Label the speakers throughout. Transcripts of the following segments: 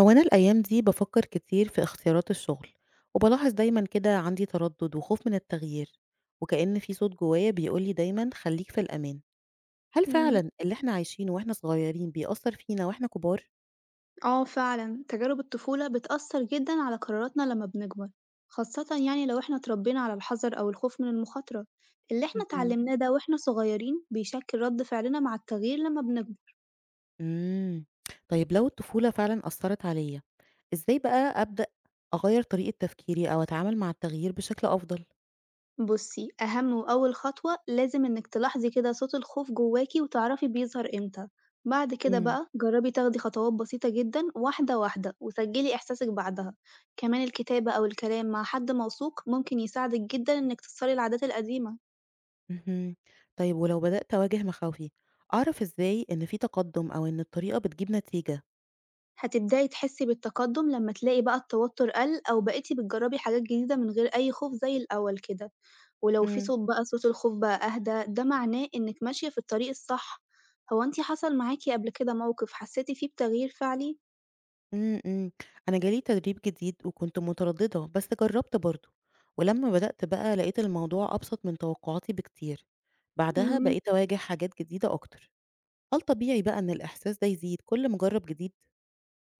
Speaker 1: هو أنا الأيام دي بفكر كتير في اختيارات الشغل وبلاحظ دايما كده عندي تردد وخوف من التغيير وكأن في صوت جوايا بيقولي دايما خليك في الأمان. هل
Speaker 2: إمم،
Speaker 1: فعلا اللي احنا عايشينه واحنا صغيرين بيأثر فينا واحنا كبار؟
Speaker 2: آه فعلًا، تجارب الطفولة بتأثّر جدًا على قراراتنا لمّا بنكبر، خاصةً يعني لو إحنا اتربينا على الحذر أو الخوف من المخاطرة. اللي إحنا
Speaker 1: مهم.
Speaker 2: اتعلمناه ده وإحنا صغيرين بيشكل رد فعلنا مع التغيير لمّا بنكبر.
Speaker 1: مم. طيب لو الطفولة فعلا أثرت عليا، ازاي بقى أبدأ أغير طريقة تفكيري أو أتعامل مع التغيير بشكل أفضل؟
Speaker 2: بُصّي، أهم وأول خطوة لازم إنِك تلاحظي كده صوت الخوف جواكِ وتعرفي بيظهر إمتى، بعد كده
Speaker 1: مم.
Speaker 2: بقى جرّبي تاخدي خطوات بسيطة جدًا واحدة، واحدة وسجّلي إحساسِك بعدها. كمان الكتابة أو الكلام مع حد موثوق ممكن يساعدِك جدًا إنِك تكسري العادات القديمة.
Speaker 1: مهم. طيب ولو بدأت أواجه مخاوفي، أعرف ازاي إن في تقدم أو إن الطريقة بتجيب نتيجة؟
Speaker 2: هتبدأي تحسي بالتقدم لما تلاقي بقى التوتر قل أو بقيتي بتجربي حاجات جديدة من غير أي خوف زي الأول كده، ولو في صوت الخوف بقى أهدى ده معناه إنك ماشية في الطريق الصح. هو انتي حصل معاكي قبل كده موقف حسيتي فيه بتغيير فعلي؟
Speaker 1: إمم، إمم. أنا جالي تدريب جديد وكنت مترددة، بس جرّبت برضه، ولمّا بدأت بقى لقيت الموضوع أبسط من توقعاتي بكتير، بعدها
Speaker 2: مم،
Speaker 1: بقيت أواجه حاجات جديدة أكتر. هل طبيعي بقى إن الإحساس ده يزيد كل ما أجرّب جديد؟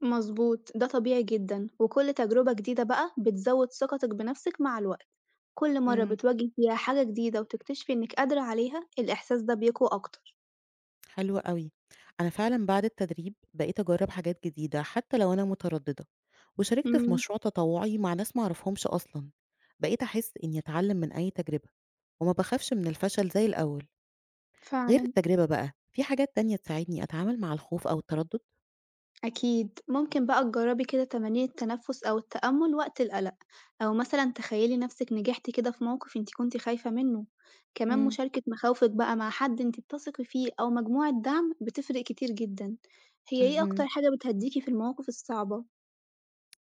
Speaker 2: مظبوط ده طبيعي جدا وكل تجربة جديدة بقى بتزود ثقتك بنفسك مع الوقت. كل مرة
Speaker 1: إمم.
Speaker 2: بتواجهي فيها حاجة جديدة وتكتشفي إنك قادرة عليها الإحساس ده بيقوى أكتر.
Speaker 1: حلو أوي. أنا فعلًا بعد التدريب بقيت أجرّب حاجات جديدة حتى لو أنا مترددة، وشاركت في
Speaker 2: مم،
Speaker 1: مشروع تطوعي مع ناس ما أعرفهمش أصلًا، بقيت أحس إني أتعلم من أي تجربة، وما باخافش من الفشل زي الأول. غير
Speaker 2: فعلا
Speaker 1: التجربة بقى، في حاجات تانية تساعدني أتعامل مع الخوف أو التردد؟
Speaker 2: أكيد ممكن بقى تجربي كده تمارين التنفس أو التأمل وقت القلق أو مثلا تخيلي نفسك نجحتي كده في موقف انتي كنتي خايفة منه. كمان
Speaker 1: إمم،
Speaker 2: مشاركة مخاوفك بقى مع حد انتي بتثقي فيه أو مجموعة دعم بتفرق كتير جدا. هي ايه أكتر
Speaker 1: اهم.
Speaker 2: حاجة بتهديكي في المواقف الصعبة؟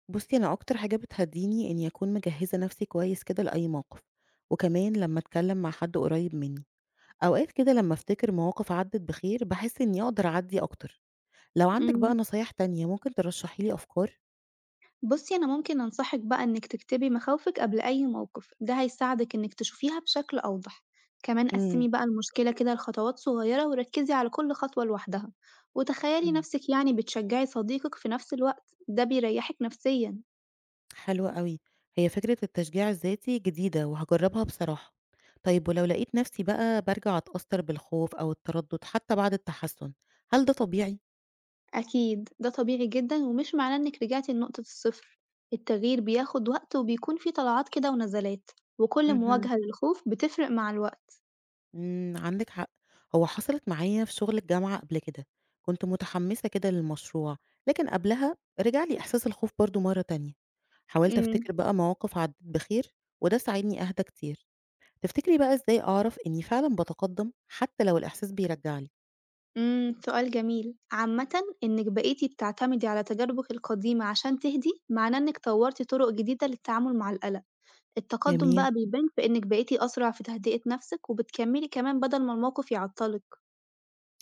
Speaker 1: بُصّي، أنا أكتر حاجة بتهدّيني إني أكون مجهّزة نَفْسي كويس كده لأي موقف، وكمان لمّا أتكلّم مع حد قريّب منّي، أوقات كده لمّا أفتكر مواقف عدّت بخير باحس إني أقدر أعدّي أكتر. لو عندِك بقى
Speaker 2: مم.
Speaker 1: نصايح تانية ممكن ترشّحي لي أفكار؟
Speaker 2: بُصّي، أنا ممكن أنصحِك بقى إنِّك تكتبي مخاوفِك قبل أي موقف، ده هيساعدِك إنِّك تشوفيها بشكل أوضح، كمان
Speaker 1: إمم،
Speaker 2: قسّمي بقى المشكلة كده لخطوات صغيرة وركّزي على كل خطوة لوحدها، وتخيّلي
Speaker 1: إمم.
Speaker 2: نَفْسِك يعني بتشجّعي صديقِك في نَفْس الوقت، ده بيريّحِك نفسيًا.
Speaker 1: حلو أوي، هي فكرة التشجيع الذاتي جديدة وهاجرّبها بصراحة. طيب ولو لقيت نفسي بقى بارجع أتأثّر بالخوف أو التردُّد حتى بعد التحسُّن، هل ده طبيعي؟
Speaker 2: أكيد، ده طبيعي جدًا ومش معناه إنِّك رجعتِ لنقطة الصفر، التغيير بياخد وقت وبيكون فيه طلعات كده ونزلات، وكل
Speaker 1: اهم.
Speaker 2: مواجهة للخوف بتفرق مع الوقت.
Speaker 1: عندِك حق، هو حصلت معايا في شغل الجامعة قبل كده، كنت متحمّسة كده للمشروع، لكن قبلها رجع لي إحساس الخوف برضه مرّة تانية. حاولت
Speaker 2: إمم.
Speaker 1: أفتكر بقى مواقف عدِّت بخير وده ساعدني أهدى كتير. تفتكري بقى إزاي أعرف إني فعلًا باتقدّم حتى لو الإحساس بيرجّعني؟
Speaker 2: سؤال جميل. عامةً إنِك بقيتِ بتعتمدي على تجاربِك القديمة عشان تهدي، معناه إنِك طوّرتِ طرق جديدة للتعامل مع القلق. التقدم
Speaker 1: جميل.
Speaker 2: بقى بيبان في إنِك بقيتِ أسرع في تهدئة نفسِك، وبتكمّلي كمان بدل ما الموقف يعطّلِك.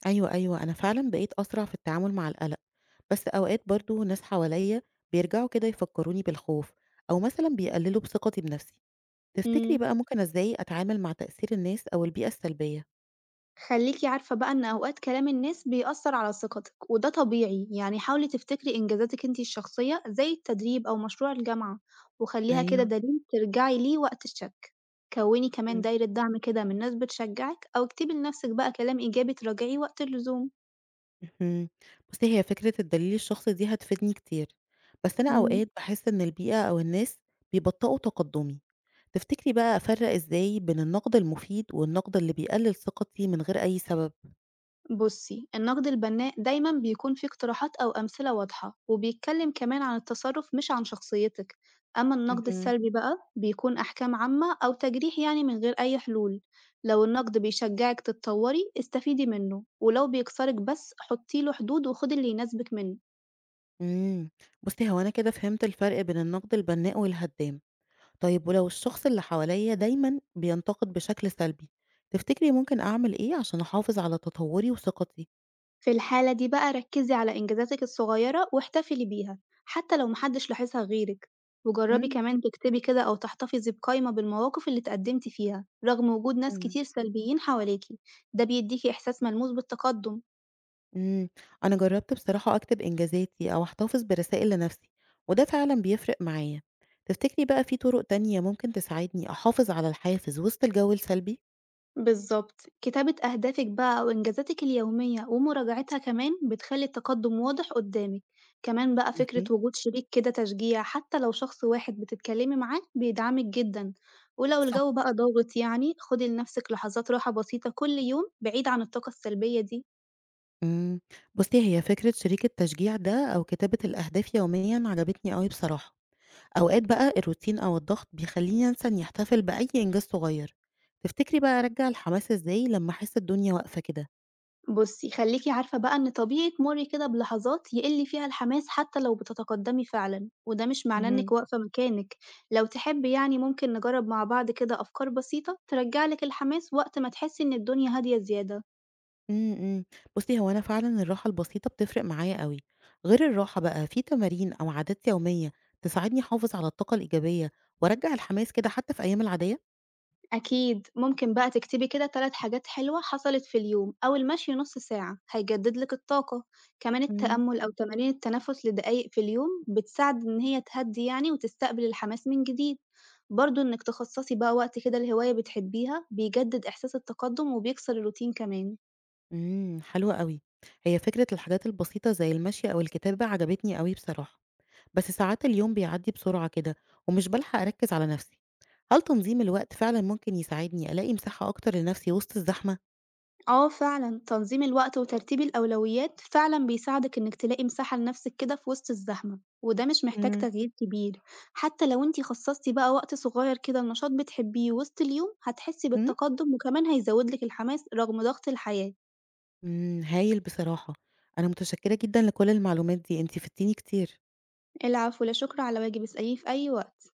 Speaker 1: أيوه، أيوه، أنا فعلًا بقيت أسرع في التعامل مع القلق، بس أوقات برضه ناس حواليّا بيرجعوا كده يفكّروني بالخوف، أو مثلًا بيقللوا بثقتي بنفسي، تفتكري
Speaker 2: إمم.
Speaker 1: بقى ممكن إزاي أتعامل مع تأثير الناس أو البيئة السلبية؟
Speaker 2: خلّيكِ عارفة بقى إن أوقات كلام الناس بيأثّر على ثقتِك، وده طبيعي، يعني حاولي تفتكري إنجازاتِك أنتِ الشخصية زي التدريب أو مشروع الجامعة، وخلّيها كده
Speaker 1: أيوه،
Speaker 2: دليل ترجعي ليه وقت الشك. كوّني كمان
Speaker 1: إمم.
Speaker 2: دايرة دعم كده من ناس بتشجّعِك أو اكتبي لنفسِك بقى كلام إيجابي تراجعيه وقت اللزوم.
Speaker 1: اهم، بُصّي هي فكرة الدليل الشخصي دي هتفيدني كتير، بس أنا
Speaker 2: إمم.
Speaker 1: أوقات باحس إن البيئة أو الناس بيبطئوا تقدُّمي، تفتكري بقى أفرّق إزاي بين النقد المفيد والنقد اللي بيقلل ثقتي من غير أي سبب؟
Speaker 2: بُصّي، النقد البناء دايمًا بيكون فيه اقتراحات أو أمثلة واضحة، وبيتكلم كمان عن التصرُّف مش عن شخصيتِك، أمّا النقد
Speaker 1: اهم.
Speaker 2: السلبي بقى بيكون أحكام عامة أو تجريح يعني من غير أي حلول، لو النقد بيشجّعِك تتطوّري استفيدي منه، ولو بيكسرِك بس حُطّي له حدود وخُدي اللي يناسبِك منه.
Speaker 1: إمم، بُصّي هو أنا كده فهمت الفرق بين النقد البناء والهدّام، طيب ولو الشخص اللي حواليّا دايمًا بينتقد بشكل سلبي، تفتكري ممكن أعمل إيه عشان أحافظ على تطوّري وثقتي؟
Speaker 2: في الحالة دي بقى ركزي على إنجازاتك الصغيرة واحتفلي بيها حتى لو محدش لاحظها غيرك، وجربي
Speaker 1: إمم،
Speaker 2: كمان تكتبي كده أو تحتفظي بقائمة بالمواقف اللي اتقدمتي فيها رغم وجود ناس
Speaker 1: إمم.
Speaker 2: كتير سلبيين حواليكي. ده بيديكي إحساس ملموس بالتقدم.
Speaker 1: إمم، أنا جرّبت بصراحة أكتب إنجازاتي أو أحتفظ برسائل لنفسي، وده فعلًا بيفرق معايا، تفتكري بقى في طرق تانية ممكن تساعدني أحافظ على الحافز وسط الجو السلبي؟
Speaker 2: بالضبط، كتابة أهدافك بقى وإنجازاتك اليومية ومراجعتها كمان بتخلّي التقدم واضح قدّامك، كمان بقى فكرة
Speaker 1: اهم،
Speaker 2: وجود شريك كده تشجيع حتى لو شخص واحد بتتكلمي معاه بيدعمك جدًا، ولو
Speaker 1: صح.
Speaker 2: الجو بقى ضاغط يعني خدي لنفسك لحظات راحة بسيطة كل يوم بعيد عن الطاقة السلبية دي.
Speaker 1: إمم، بُصّي هي فكرة شريك التشجيع ده أو كتابة الأهداف يوميًا عجبتني أوي بصراحة. أوقات بقى الروتين أو الضغط بيخليني أنسى إني أحتفل بأي إنجاز صغير، تفتكري بقى أرجّع الحماس إزاي لمّا أحس الدنيا واقفة كده؟
Speaker 2: بُصّي، خلّيكِ عارفة بقى إن طبيعي تمُرّي كده بلحظات يقِل فيها الحماس حتى لو بتتقدّمي فعلًا، وده مش معناه إنِّك
Speaker 1: اهم.
Speaker 2: واقفة مكانِك، لو تحبّي يعني ممكن نجرّب مع بعض كده أفكار بسيطة ترجّع لِك الحماس وقت ما تحسّي إن الدنيا هادية زيادة.
Speaker 1: إمم، إمم، بُصّي هو أنا فعلًا الراحة البسيطة بتفرق معايا أوي، غير الراحة بقى في تمارين أو عادات يومية تساعدني أحافظ على الطاقة الإيجابية وأرجّع الحماس كده حتى في أيام العادية؟
Speaker 2: أكيد ممكن بقى تكتبي كده تلات حاجات حلوة حصلت في اليوم أو المشي نص ساعة هيجدد لك الطاقة. كمان
Speaker 1: إمم.
Speaker 2: التأمل أو تمارين التنفس لدقايق في اليوم بتساعد إن هي تهدي يعني وتستقبل الحماس من جديد. برضه إنك تخصصي بقى وقت كده لهواية بتحبيها بيجدد إحساس التقدم وبيكسر الروتين كمان.
Speaker 1: حلو أوي، هي فكرة الحاجات البسيطة زي المشي أو الكتابة عجبتني أوي بصراحة، بس ساعات اليوم بيعدّي بسرعة كده ومش بالحق أركّز على نفسي. هل تنظيم الوقت فعلًا ممكن يساعدني ألاقي مساحة أكتر لنفسي وسط الزحمة؟
Speaker 2: آه فعلًا، تنظيم الوقت وترتيب الأولويات فعلًا بيساعدِك إنِّك تلاقي مساحة لنفسِك كده في وسط الزحمة، وده مش محتاج
Speaker 1: إمم،
Speaker 2: تغيير كبير، حتى لو أنتِ خصصتِ بقى وقت صغير كده لنشاط بتحبيه وسط اليوم، هتحسي
Speaker 1: إمم.
Speaker 2: بالتقدم وكمان هيزود لِك الحماس رغم ضغط الحياة.
Speaker 1: هايل بصراحة، أنا متشكرة جدًا لكل المعلومات دي، أنتِ فدتيني كتير.
Speaker 2: العفو، لا شكر على واجب، اسأليني في أي وقت.